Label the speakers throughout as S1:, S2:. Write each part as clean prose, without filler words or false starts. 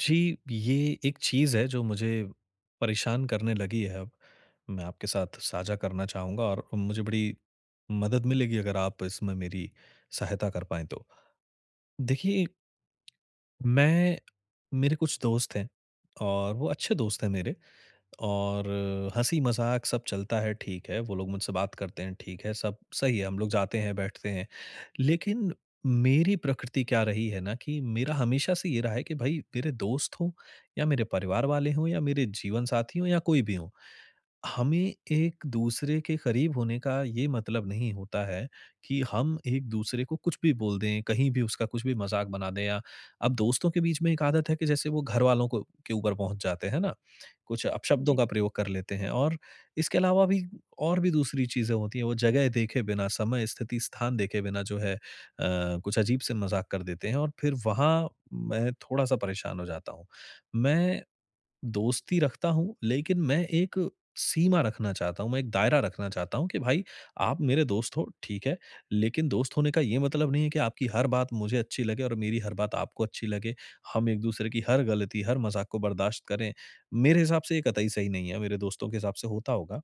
S1: जी, ये एक चीज़ है जो मुझे परेशान करने लगी है अब। मैं आपके साथ साझा करना चाहूँगा और मुझे बड़ी मदद मिलेगी अगर आप इसमें मेरी सहायता कर पाएँ तो। देखिए, मैं मेरे कुछ दोस्त हैं और वो अच्छे दोस्त हैं मेरे। और हँसी-मज़ाक सब चलता है, ठीक है, वो लोग मुझसे बात करते हैं, ठीक है, सब सही है, हम लोग जाते हैं, बैठते हैं। लेकिन मेरी प्रकृति क्या रही है ना, कि मेरा हमेशा से ये रहा है कि भई मेरे दोस्त हों या मेरे परिवार वाले हों या मेरे जीवन साथी हों या कोई भी हो। हमें एक-दूसरे के करीब होने का ये मतलब नहीं होता है कि हम एक-दूसरे को कुछ भी बोल दें, कहीं भी उसका कुछ भी मज़ाक बना दें, या अब दोस्तों के बीच में एक आदत है कि जैसे वो घरवालों को के ऊपर पहुँच जाते हैं ना, कुछ अपशब्दों
S2: जी,
S1: का प्रयोग कर लेते हैं और इसके अलावा भी और भी दूसरी चीज़ें होती हैं, वो जगह देखे बिना, समय, स्थिति, स्थान देखे बिना जो है कुछ अजीब से मज़ाक कर देते हैं और फिर वहाँ मैं थोड़ा-सा परेशान हो जाता हूँ। मैं दोस्ती रखता हूँ, लेकिन मैं एक सीमा रखना चाहता हूँ, मैं एक दायरा रखना चाहता हूँ कि भाई आप मेरे दोस्त हो, ठीक है, लेकिन दोस्त होने का ये मतलब नहीं है कि आपकी हर बात मुझे अच्छी लगे और मेरी हर बात आपको अच्छी लगे। हम एक-दूसरे की हर गलती, हर मज़ाक को बर्दाश्त करें। मेरे हिसाब से ये कतई सही नहीं है, मेरे दोस्तों के हिसाब से होता होगा।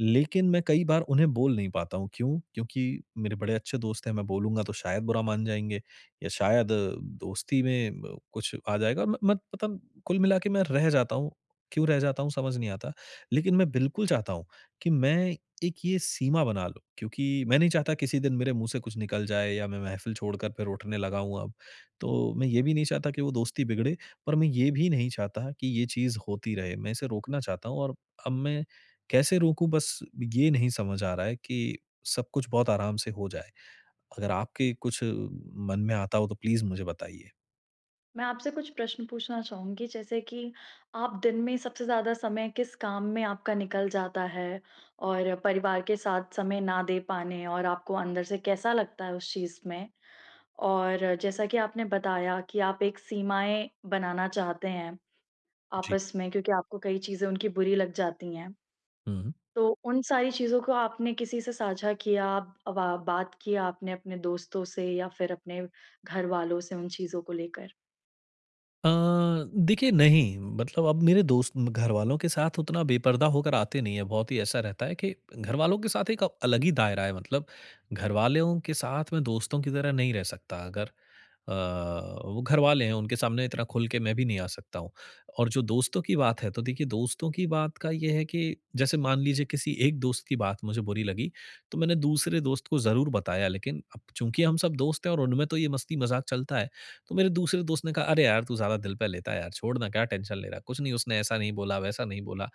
S1: लेकिन मैं कई बार उन्हें बोल नहीं पाता हूँ, क्यों? क्योंकि मेरे बड़े अच्छे दोस्त हैं, मैं बोलूँगा तो शायद बुरा मान जाएँगे या शायद दोस्ती में ब कुछ आ जाएगा। म मत पता। कुल मिला के मैं रह जाता हूँ, क्यों रह जाता हूँ समझ नहीं आता। लेकिन मैं बिल्कुल चाहता हूँ कि मैं एक ये सीमा बना लूँ, क्योंकि मैं नहीं चाहता किसी दिन मेरे मुँह से कुछ निकल जाए, या मैं महफ़िल छोड़कर फिर उठने लगा हूँ अब। तो मैं ये भी नहीं चाहता कि वो दोस्ती बिगड़े, पर मैं ये भी नहीं चाहता कि ये चीज़ होती रहे, मैं इसे रोकना चाहता हूँ और अब मैं कैसे रोकूँ, बस ये नहीं समझ आ रहा है कि सब कुछ बहुत आराम से हो जाए। अगर आपके कुछ मन में आता हो तो प्लीज़ मुझे बताइए?
S2: मैं आपसे कुछ प्रश्न पूछना चाहूँगी, जैसे कि आप दिन में सबसे ज़्यादा समय किस काम में आपका निकल जाता है? और परिवार के साथ समय ना दे पाने और आपको अंदर से कैसा लगता है उस चीज़ में? और जैसा कि आपने बताया कि आप एक सीमाएँ बनाना चाहते हैं
S1: जी।
S2: आपस में, क्योंकि आपको कई चीज़ें उनकी बुरी लग जाती हैं।
S1: हुँ।
S2: तो उन सारी चीज़ों को आपने किसी से साझा किया? आप वा बात की आपने अपने दोस्तों से या फिर अपने घरवालों से उन चीज़ों को लेकर?
S1: अ, देखिए, नहीं, मतलब अब मेरे दोस्त घरवालों के साथ उतना बेपर्दा होकर आते नहीं है, बहुत ही ऐसा रहता है कि घरवालों के साथ एक अलग ही दायरा है, मतलब घरवालों के साथ मैं दोस्तों की तरह नहीं रह सकता। अगर अ, वो घर वाले हैं, उनके सामने इतना खुल के मैं भी नहीं आ सकता हूँ। और जो दोस्तों की बात है, तो देखिए दोस्तों की बात का ये है कि जैसे मान लीजिए किसी एक दोस्त की बात मुझे बुरी लगी, तो मैंने दूसरे दोस्त को ज़रूर बताया, लेकिन अब चूँकि हम सब दोस्त हैं और उनमें तो ये मस्ती मज़ाक चलता है, तो मेरे दूसरे दोस्त ने कहा, अरे यार तू ज़्यादा दिल पे लेता है यार, छोड़ ना, क्या टेंशन ले रहा है, कुछ नहीं, उसने ऐसा नहीं बोला, वैसा नहीं बोला।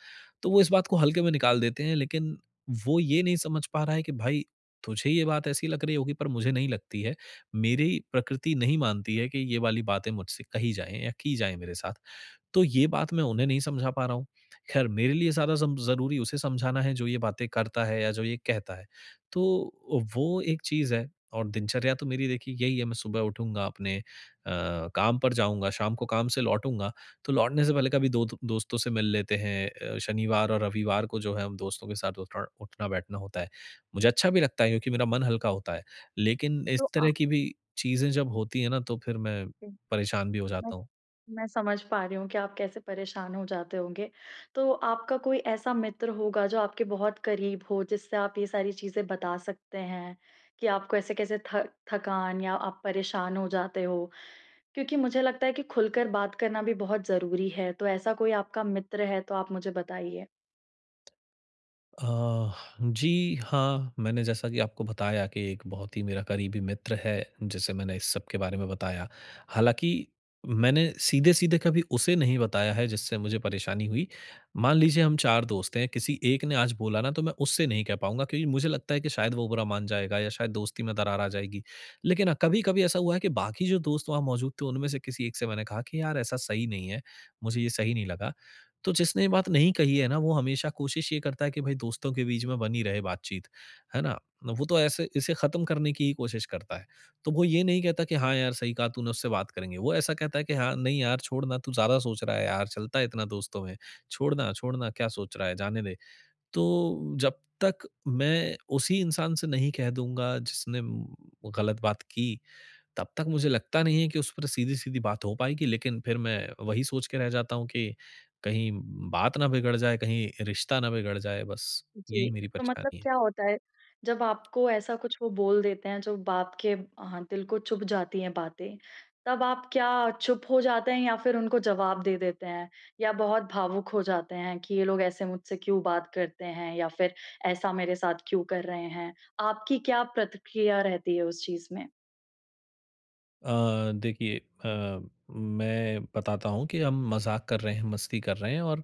S1: तो वो इस बात को हल्के में निकाल देते हैं, लेकिन वो ये नहीं समझ पा रहा है कि भाई तुझे ये बात ऐसी लग रही होगी पर मुझे नहीं लगती है। मेरी प्रकृति नहीं मानती है कि ये वाली बातें मुझसे कही जाएँ या की जाएँ मेरे साथ। तो ये बात मैं उन्हें नहीं समझा पा रहा हूँ। ख़ैर, मेरे लिए ज़्यादा सम ज़रूरी उसे समझाना है जो ये बातें करता है या जो ये कहता है। तो वो एक चीज़ है। और दिनचर्या तो मेरी देखिए यही है, मैं सुबह उठूँगा, अपने काम पर जाऊँगा, शाम को काम से लौटूँगा, तो लौटने से पहले कभी दो दो दोस्तों से मिल लेते हैं, शनिवार और रविवार को जो है हम दोस्तों के साथ उठा उठना-बैठना होता है। मुझे अच्छा भी लगता है क्योंकि मेरा मन हल्का होता है। लेकिन इस
S2: तो आप
S1: तरह की भी चीज़ें जब होती हैं ना, तो फिर मैं परेशान भी हो जाता हूँ।
S2: मैं समझ पा रही हूँ कि आप कैसे परेशान हो जाते होंगे। तो आपका कोई ऐसा मित्र होगा जो आपके बहुत करीब हो, जिससे आप ये सारी चीज़ें बता सकते हैं कि आपको ऐसे कैसे थ थकान या आप परेशान हो जाते हो? क्योंकि मुझे लगता है कि खुलकर बात करना भी बहुत ज़रूरी है। तो ऐसा कोई आपका मित्र है तो आप मुझे बताइए।
S1: अ, जी, हाँ, मैंने जैसा कि आपको बताया कि एक बहुत ही मेरा करीबी मित्र है, जिसे मैंने इस सब के बारे में बताया। हालाँकि मैंने सीधे-सीधे कभी उसे नहीं बताया है जिससे मुझे परेशानी हुई। मान लीजिए हम 4 दोस्त हैं, किसी एक ने आज बोला ना, तो मैं उससे नहीं कह पाऊँगा क्योंकि मुझे लगता है कि शायद वो बुरा मान जाएगा या शायद दोस्ती में दरार आ जाएगी। लेकिन हाँ, कभी-कभी ऐसा हुआ है कि बाकी जो दोस्त वहाँ मौजूद थे उनमें से किसी एक से मैंने कहा कि यार ऐसा सही नहीं है, मुझे ये सही नहीं लगा। तो जिसने ये बात नहीं कही है ना, वो हमेशा कोशिश ये करता है कि भाई दोस्तों के बीच में बनी रहे बातचीत, है ना? वो तो ऐसे इसे ख़त्म करने की ही कोशिश करता है। तो वो ये नहीं कहता कि हाँ यार, सही कहा, तूने उससे बात करेंगे। वो ऐसा कहता है कि हाँ, नहीं यार छोड़ ना, तू ज़्यादा सोच रहा है यार, चलता है इतना दोस्तों में। छोड़ ना, छोड़ ना, क्या सोच रहा है, जाने दे। तो जब तक मैं उसी इंसान से नहीं कह दूँगा जिसने गलत बात की, तब तक मुझे लगता नहीं है कि उस पर सीधी-सीधी बात हो पाएगी, लेकिन फिर मैं वही सोच के रह जाता हूँ कि कहीं बात ना बिगड़ जाए, कहीं रिश्ता ना बिगड़ जाए, बस यही
S2: जी।
S1: मेरी
S2: तो मतलब
S1: परेशानी है।
S2: क्या होता है, जब आपको ऐसा कुछ वो बोल देते हैं, जो बाप के दिल को छू जाती हैं बातें, तब आप क्या चुप हो जाते हैं या फिर उनको जवाब दे देते हैं? या बहुत भावुक हो जाते हैं कि ये लोग ऐसे मुझसे क्यों बात करते हैं या फिर ऐसा मेरे साथ क्यों कर रहे हैं? आपकी क्या प्रतिक्रिया रहती है उस चीज़ में?
S1: देखिए, अ, मैं बताता हूँ कि हम मज़ाक कर रहे हैं, मस्ती कर रहे हैं, और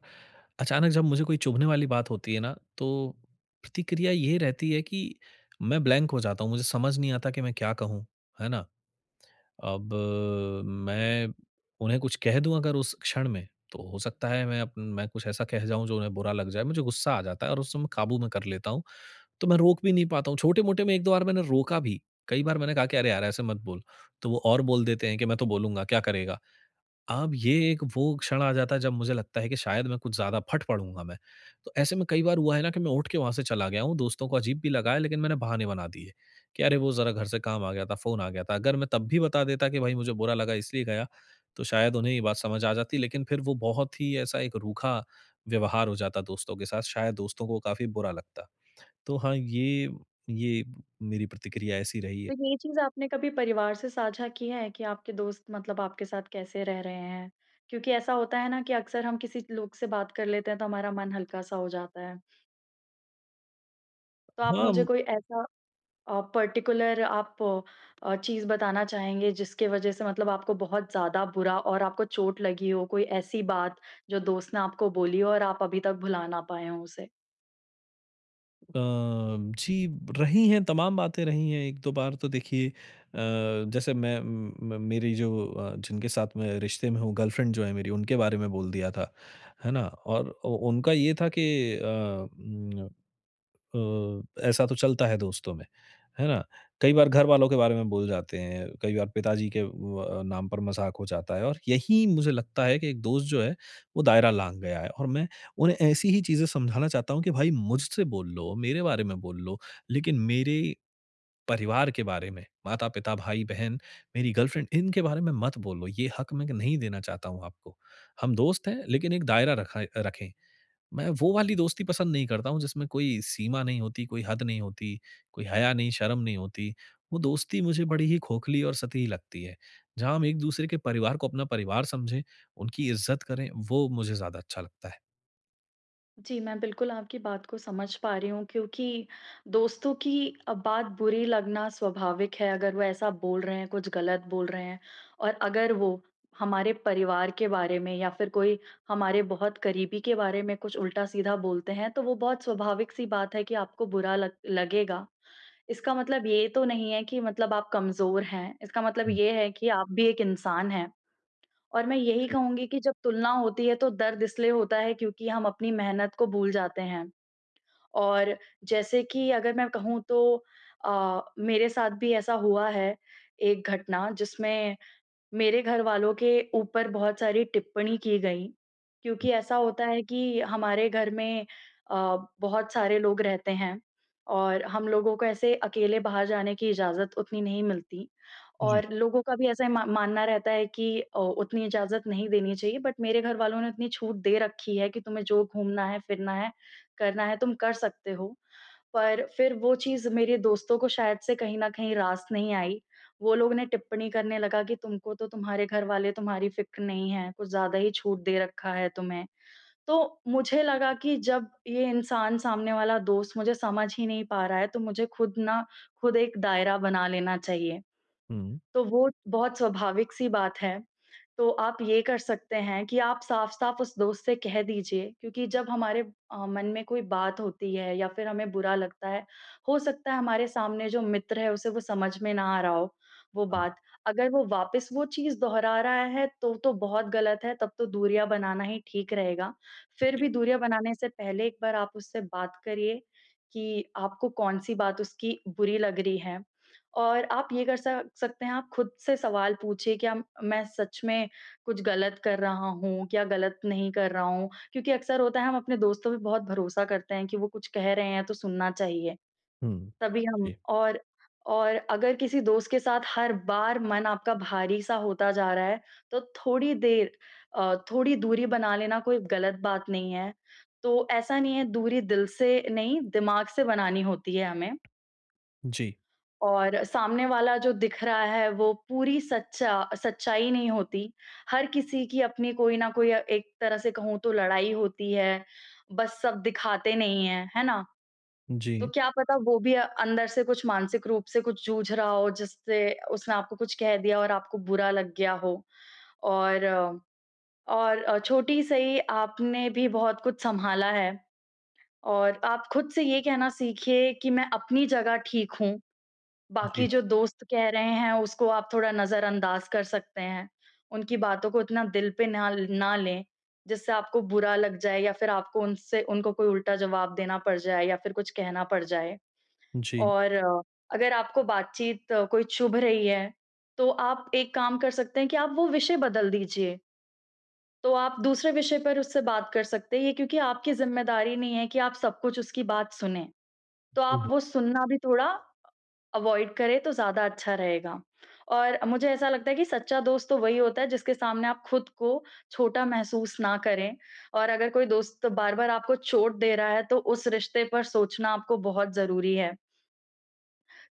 S1: अचानक जब मुझे कोई चुभने वाली बात होती है ना, तो प्रतिक्रिया ये रहती है कि मैं ब्लैंक हो जाता हूँ, मुझे समझ नहीं आता कि मैं क्या कहूँ, है ना? अब मैं उन्हें कुछ कह दूँ अगर उस क्षण में, तो हो सकता है मैं कुछ ऐसा कह जाऊँ जो उन्हें बुरा लग जाए। मुझे गुस्सा आ जाता है और उस समय काबू में कर लेता हूँ, तो मैं रोक भी नहीं पाता हूँ। छोटे-मोटे में 1-2 बार मैंने रोका भी। कई बार मैंने कहा कि, "अरे यार! ऐसे मत बोल।" तो वो और बोल देते हैं कि, "मैं तो बोलूँगा, क्या करेगा?" अब ये एक वो क्षण आ जाता है जब मुझे लगता है कि शायद मैं कुछ ज़्यादा फट पड़ूँगा मैं। तो ऐसे में कई बार हुआ है ना कि मैं उठ के वहाँ से चला गया हूँ, दोस्तों को अजीब भी लगा है, लेकिन मैंने बहाने बना दिए कि अरे वो ज़रा घर से काम आ गया था, फ़ोन आ गया था। अगर मैं तब भी बता देता कि भाई मुझे बुरा लगा इसलिए गया, तो शायद उन्हें ये बात समझ आ जाती, लेकिन फिर वो बहुत ही ऐसा एक रूखा व्यवहार हो जाता दोस्तों के साथ, शायद दोस्तों को काफ़ी बुरा लगता। तो हाँ, ये मेरी प्रतिक्रिया ऐसी रही है।
S2: तो ये चीज़ आपने कभी परिवार से साझा की है कि आपके दोस्त मतलब आपके साथ कैसे रह रहे हैं? क्योंकि ऐसा होता है ना कि अक्सर हम किसी लोग से बात कर लेते हैं तो हमारा मन हल्का-सा हो जाता है। तो आप मुझे
S1: हाँ,
S2: कोई ऐसा पर्टिकुलर चीज़ बताना चाहेंगे जिसके वजह से मतलब आपको बहुत ज़्यादा बुरा और आपको चोट लगी हो? कोई ऐसी बात जो दोस्त ने आपको बोली हो और आप अभी तक भुला ना पाए हों उसे?
S1: अ, जी, रही हैं, तमाम बातें रही हैं। 1-2 बार तो देखिए, जैसे मैं म मेरी जो जिनके साथ मैं रिश्ते में हूँ, गर्लफ्रेंड जो है मेरी, उनके बारे में बोल दिया था। है ना? और उ उनका ये था कि अ, उम अ, ऐसा तो चलता है दोस्तों में, है ना? कई बार घर वालों के बारे में बोल जाते हैं, कई बार पिताजी के व नाम पर मज़ाक हो जाता है, और यही मुझे लगता है कि एक दोस्त जो है, वो दायरा लाँघ गया है और मैं उन्हें ऐसी ही चीज़ें समझाना चाहता हूँ कि भाई मुझसे बोल लो, मेरे बारे में बोल लो, लेकिन मेरे परिवार के बारे में, माता-पिता, भाई-बहन, मेरी गर्लफ्रेंड, इनके बारे में मत बोलो, ये हक मैं नहीं देना चाहता हूँ आपको। हम दोस्त हैं, लेकिन एक दायरा रखा रखें। मैं वो वाली दोस्ती पसंद नहीं करता हूँ जिसमें कोई सीमा नहीं होती, कोई हद नहीं होती, कोई हया नहीं, शर्म नहीं होती। वो दोस्ती मुझे बड़ी ही खोखली और सतही लगती है। जहाँ हम एक-दूसरे के परिवार को अपना परिवार समझें, उनकी इज़्ज़त करें, वो मुझे ज़्यादा अच्छा लगता है।
S2: जी, मैं बिल्कुल आपकी बात को समझ पा रही हूँ, क्योंकि दोस्तों की बात बुरी लगना स्वाभाविक है, अगर वो ऐसा बोल रहे हैं, कुछ गलत बोल रहे हैं और अगर वो हमारे परिवार के बारे में या फिर कोई हमारे बहुत करीबी के बारे में कुछ उल्टा-सीधा बोलते हैं, तो वो बहुत स्वाभाविक-सी बात है कि आपको बुरा लग लगेगा। इसका मतलब ये तो नहीं है कि मतलब आप कमज़ोर हैं, इसका मतलब
S1: हुँ,
S2: ये है कि आप भी एक इंसान हैं। और मैं यही कहूँगी कि जब तुलना होती है, तो दर्द इसलिए होता है क्योंकि हम अपनी मेहनत को भूल जाते हैं। और जैसे कि अगर मैं कहूँ तो मेरे साथ भी ऐसा हुआ है, एक घटना जिसमें मेरे घरवालों के ऊपर बहुत सारी टिप्पणी की गई, क्योंकि ऐसा होता है कि हमारे घर में बहुत सारे लोग रहते हैं और हम लोगों को ऐसे अकेले बाहर जाने की इजाज़त उतनी नहीं मिलती
S1: जी।
S2: और लोगों का भी ऐसा मा मानना रहता है कि उतनी इजाज़त नहीं देनी चाहिए, बट मेरे घरवालों ने इतनी छूट दे रखी है कि तुम्हें जो घूमना है, फिरना है, करना है तुम कर सकते हो। पर फिर वो चीज़ मेरे दोस्तों को शायद से कहीं न कहीं रास नहीं आई। वो लोग ने टिप्पणी करने लगा कि तुमको तो तुम्हारे घरवाले तुम्हारी फ़िक्र नहीं है, कुछ ज़्यादा ही छूट दे रखा है तुम्हें। तो मुझे लगा कि जब ये इंसान सामने वाला दोस्त मुझे समझ ही नहीं पा रहा है, तो मुझे खुद ना खुद एक दायरा बना लेना चाहिए।
S1: हुँ।
S2: तो वो बहुत स्वाभाविक सी बात है। तो आप ये कर सकते हैं कि आप साफ-साफ उस दोस्त से कह दीजिए, क्योंकि जब हमारे मन में कोई बात होती है या फिर हमें बुरा लगता है, हो सकता है हमारे सामने जो मित्र है उसे वो समझ में ना आ रहा हो वो
S1: हाँ,
S2: बात। अगर वो वापस वो चीज़ दोहरा रहा है तो बहुत गलत है, तब तो दूरियाँ बनाना ही ठीक रहेगा। फिर
S1: जी।
S2: भी दूरियाँ बनाने से पहले एक बार आप उससे बात करिए कि आपको कौन-सी बात उसकी बुरी लग रही है। और आप ये कर सक सकते हैं, आप खुद से सवाल पूछिए, क्या मैं सच में कुछ गलत कर रहा हूँ, क्या गलत नहीं कर रहा हूँ? क्योंकि अक्सर होता है हम अपने दोस्तों पे बहुत भरोसा करते हैं कि वो कुछ कह रहे हैं तो सुनना चाहिए,
S1: हुँ।
S2: तभी हम
S1: जी,
S2: और अगर किसी दोस्त के साथ हर बार मन आपका भारी-सा होता जा रहा है, तो थोड़ी देर थोड़ी दूरी बना लेना कोई गलत बात नहीं है। तो ऐसा नहीं है, दूरी दिल से नहीं, दिमाग से बनानी होती है हमें।
S1: जी,
S2: और सामने वाला जो दिख रहा है वो पूरी सच्चाई नहीं होती। हर किसी की अपनी कोई ना कोई एक तरह से कहूँ तो लड़ाई होती है, बस सब दिखाते नहीं हैं, है ना? तो
S1: जी,
S2: क्या पता वो भी अंदर से कुछ मानसिक रूप से कुछ जूझ रहा हो जिससे उसने आपको कुछ कह दिया और आपको बुरा लग गया हो, और अ, और छोटी सही आपने भी बहुत कुछ सँभाला है और आप खुद से ये कहना सीखिए कि मैं अपनी जगह ठीक हूँ।
S1: जी,
S2: बाकी जो
S1: हाँ,
S2: दोस्त कह रहे हैं उसको आप थोड़ा नज़रअंदाज़ कर सकते हैं। उनकी बातों को इतना दिल पे ना ना लें, जिससे आपको बुरा लग जाए या फिर आपको उनसे उनको कोई उल्टा जवाब देना पड़ जाए या फिर कुछ कहना पड़ जाए।
S1: जी,
S2: और अगर आपको बातचीत कोई चुभ रही है, तो आप एक काम कर सकते हैं कि आप वो विषय बदल दीजिए। तो आप दूसरे विषय पर उससे बात कर सकते हैं, ये क्योंकि आपकी ज़िम्मेदारी नहीं है कि आप सब कुछ उसकी बात सुनें। तो आप
S1: जी।
S2: वो सुनना भी थोड़ा अवॉइड करें तो ज़्यादा अच्छा रहेगा। और मुझे ऐसा लगता है कि सच्चा दोस्त तो वही होता है जिसके सामने आप खुद को छोटा महसूस ना करें और अगर कोई दोस्त बार-बार आपको चोट दे रहा है तो उस रिश्ते पर सोचना आपको बहुत ज़रूरी है।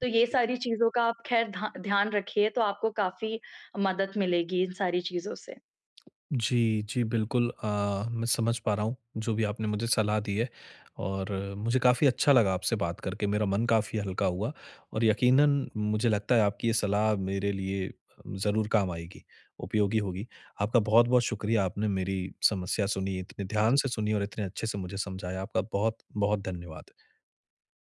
S2: तो ये सारी चीज़ों का आप ख़ैर धा ध्यान रखिए तो आपको काफ़ी मदद मिलेगी इन सारी चीज़ों से।
S1: जी, जी, बिल्कुल। मैं समझ पा रहा हूँ, जो भी आपने मुझे सलाह दी है, और मुझे काफ़ी अच्छा लगा आपसे बात करके, मेरा मन काफ़ी हल्का हुआ और यकीनन मुझे लगता है आपकी ये सलाह मेरे लिए ज़रूर काम आएगी, उपयोगी होगी। आपका बहुत-बहुत शुक्रिया, आपने मेरी समस्या सुनी, इतने ध्यान से सुनी और इतने अच्छे से मुझे समझाया। आपका बहुत-बहुत धन्यवाद।